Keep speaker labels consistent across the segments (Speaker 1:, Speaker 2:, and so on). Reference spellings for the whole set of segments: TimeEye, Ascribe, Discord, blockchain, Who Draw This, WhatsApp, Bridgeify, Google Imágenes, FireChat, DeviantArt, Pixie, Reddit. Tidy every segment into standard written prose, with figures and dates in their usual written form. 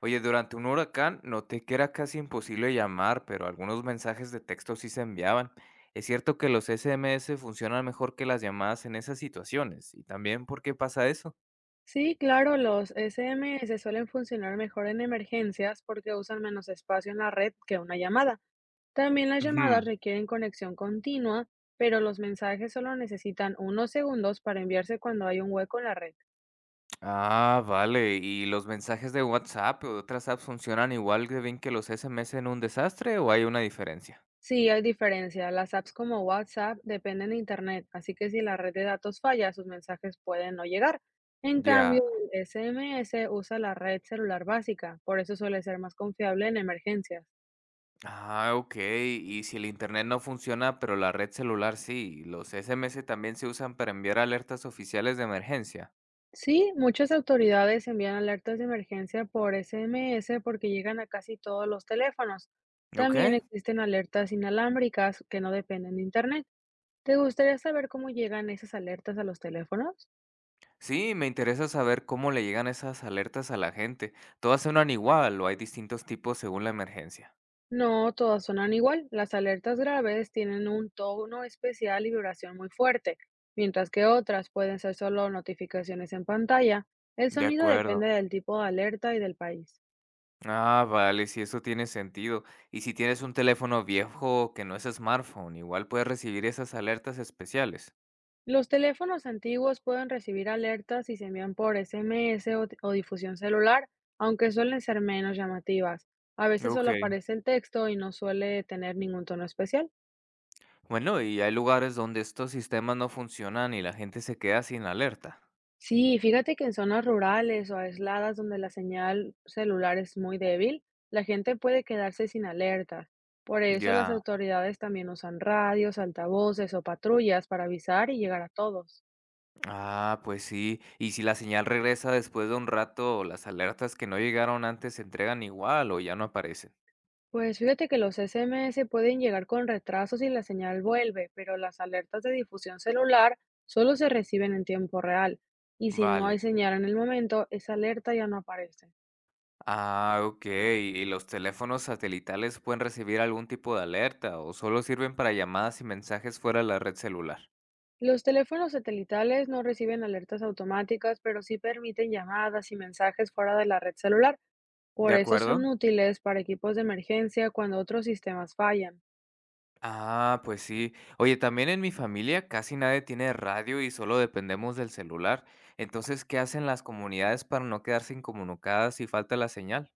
Speaker 1: Oye, durante un huracán noté que era casi imposible llamar, pero algunos mensajes de texto sí se enviaban. Es cierto que los SMS funcionan mejor que las llamadas en esas situaciones. ¿Y también por qué pasa eso?
Speaker 2: Sí, claro, los SMS suelen funcionar mejor en emergencias porque usan menos espacio en la red que una llamada. También las
Speaker 1: Ujú.
Speaker 2: llamadas requieren conexión continua, pero los mensajes solo necesitan unos segundos para enviarse cuando hay un hueco en la red.
Speaker 1: Ah, vale. ¿Y los mensajes de WhatsApp o de otras apps funcionan igual de bien que los SMS en un desastre o hay una diferencia?
Speaker 2: Sí, hay diferencia. Las apps como WhatsApp dependen de Internet, así que si la red de datos falla, sus mensajes pueden no llegar. En
Speaker 1: Ya.
Speaker 2: cambio, el SMS usa la red celular básica, por eso suele ser más confiable en emergencias.
Speaker 1: Ah, ok. ¿Y si el internet no funciona, pero la red celular sí? ¿Los SMS también se usan para enviar alertas oficiales de emergencia?
Speaker 2: Sí, muchas autoridades envían alertas de emergencia por SMS porque llegan a casi todos los teléfonos.
Speaker 1: Ok.
Speaker 2: También existen alertas inalámbricas que no dependen de Internet. ¿Te gustaría saber cómo llegan esas alertas a los teléfonos?
Speaker 1: Sí, me interesa saber cómo le llegan esas alertas a la gente. ¿Todas suenan igual o hay distintos tipos según la emergencia?
Speaker 2: No, todas suenan igual. Las alertas graves tienen un tono especial y vibración muy fuerte, mientras que otras pueden ser solo notificaciones en pantalla. El
Speaker 1: De
Speaker 2: sonido
Speaker 1: acuerdo.
Speaker 2: depende del tipo de alerta y del país.
Speaker 1: Ah, vale, si eso tiene sentido. Y si tienes un teléfono viejo que no es smartphone, igual puedes recibir esas alertas especiales.
Speaker 2: Los teléfonos antiguos pueden recibir alertas si se envían por SMS o difusión celular, aunque suelen ser menos llamativas. A veces solo
Speaker 1: Ok.
Speaker 2: aparece el texto y no suele tener ningún tono especial.
Speaker 1: Bueno, y hay lugares donde estos sistemas no funcionan y la gente se queda sin alerta.
Speaker 2: Sí, fíjate que en zonas rurales o aisladas donde la señal celular es muy débil, la gente puede quedarse sin alertas. Por eso las
Speaker 1: Ya.
Speaker 2: autoridades también usan radios, altavoces o patrullas para avisar y llegar a todos.
Speaker 1: Ah, pues sí. Y si la señal regresa después de un rato, las alertas que no llegaron antes se entregan igual o ya no aparecen.
Speaker 2: Pues fíjate que los SMS pueden llegar con retraso si la señal vuelve, pero las alertas de difusión celular solo se reciben en tiempo real y si no
Speaker 1: Vale.
Speaker 2: hay señal en el momento, esa alerta ya no aparece.
Speaker 1: Ah, ok. ¿Y los teléfonos satelitales pueden recibir algún tipo de alerta o solo sirven para llamadas y mensajes fuera de la red celular?
Speaker 2: Los teléfonos satelitales no reciben alertas automáticas, pero sí permiten llamadas y mensajes fuera de la red celular.
Speaker 1: ¿De
Speaker 2: Por eso
Speaker 1: acuerdo?
Speaker 2: son útiles para equipos de emergencia cuando otros sistemas fallan.
Speaker 1: Ah, pues sí. Oye, también en mi familia casi nadie tiene radio y solo dependemos del celular. Entonces, ¿qué hacen las comunidades para no quedarse incomunicadas si falta la señal?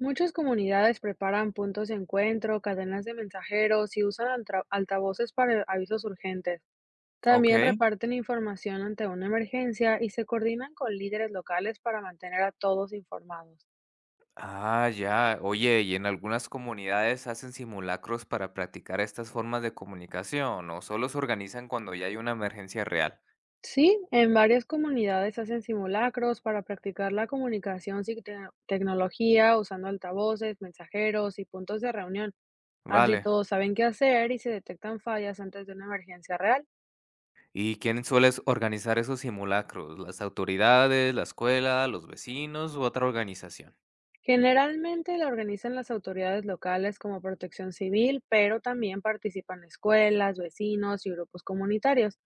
Speaker 2: Muchas comunidades preparan puntos de encuentro, cadenas de mensajeros y usan altavoces para avisos urgentes. También
Speaker 1: Ok.
Speaker 2: reparten información ante una emergencia y se coordinan con líderes locales para mantener a todos informados.
Speaker 1: Ah, ya. Oye, ¿y en algunas comunidades hacen simulacros para practicar estas formas de comunicación o solo se organizan cuando ya hay una emergencia real?
Speaker 2: Sí, en varias comunidades hacen simulacros para practicar la comunicación sin tecnología, usando altavoces, mensajeros y puntos de reunión. Así
Speaker 1: Vale.
Speaker 2: todos saben qué hacer y se detectan fallas antes de una emergencia real.
Speaker 1: ¿Y quién suele organizar esos simulacros? ¿Las autoridades, la escuela, los vecinos u otra organización?
Speaker 2: Generalmente la organizan las autoridades locales como protección civil, pero también participan escuelas, vecinos y grupos comunitarios.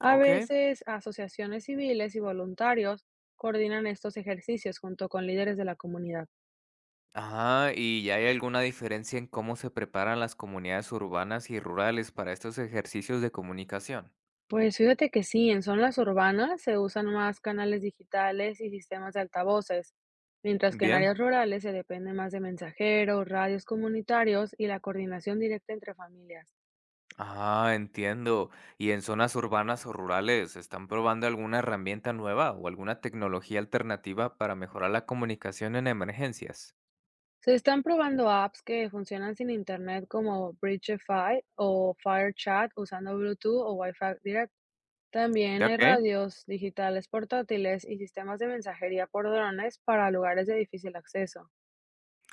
Speaker 2: A
Speaker 1: Ok.
Speaker 2: veces, asociaciones civiles y voluntarios coordinan estos ejercicios junto con líderes de la comunidad.
Speaker 1: Ajá, ¿y ya hay alguna diferencia en cómo se preparan las comunidades urbanas y rurales para estos ejercicios de comunicación?
Speaker 2: Pues fíjate que sí, en zonas urbanas se usan más canales digitales y sistemas de altavoces, mientras que en
Speaker 1: Bien.
Speaker 2: áreas rurales se depende más de mensajeros, radios comunitarios y la coordinación directa entre familias.
Speaker 1: Ah, entiendo. ¿Y en zonas urbanas o rurales están probando alguna herramienta nueva o alguna tecnología alternativa para mejorar la comunicación en emergencias?
Speaker 2: Se están probando apps que funcionan sin internet como Bridgeify o FireChat usando Bluetooth o Wi-Fi directo. También
Speaker 1: ¿De
Speaker 2: hay
Speaker 1: qué?
Speaker 2: radios digitales portátiles y sistemas de mensajería por drones para lugares de difícil acceso.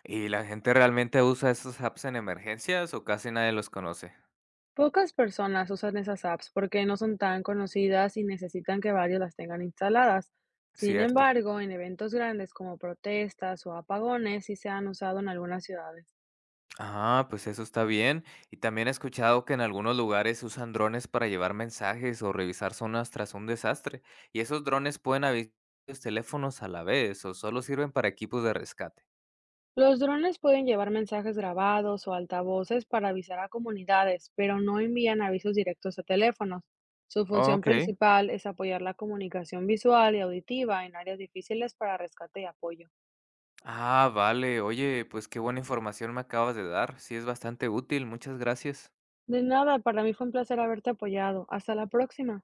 Speaker 1: ¿Y la gente realmente usa estos apps en emergencias o casi nadie los conoce?
Speaker 2: Pocas personas usan esas apps porque no son tan conocidas y necesitan que varios las tengan instaladas. Sin
Speaker 1: Cierto.
Speaker 2: embargo, en eventos grandes como protestas o apagones sí se han usado en algunas ciudades.
Speaker 1: Ah, pues eso está bien. Y también he escuchado que en algunos lugares usan drones para llevar mensajes o revisar zonas tras un desastre. ¿Y esos drones pueden avisar los teléfonos a la vez o solo sirven para equipos de rescate?
Speaker 2: Los drones pueden llevar mensajes grabados o altavoces para avisar a comunidades, pero no envían avisos directos a teléfonos. Su función
Speaker 1: Ok.
Speaker 2: principal es apoyar la comunicación visual y auditiva en áreas difíciles para rescate y apoyo.
Speaker 1: Ah, vale. Oye, pues qué buena información me acabas de dar. Sí, es bastante útil. Muchas gracias.
Speaker 2: De nada, para mí fue un placer haberte apoyado. Hasta la próxima.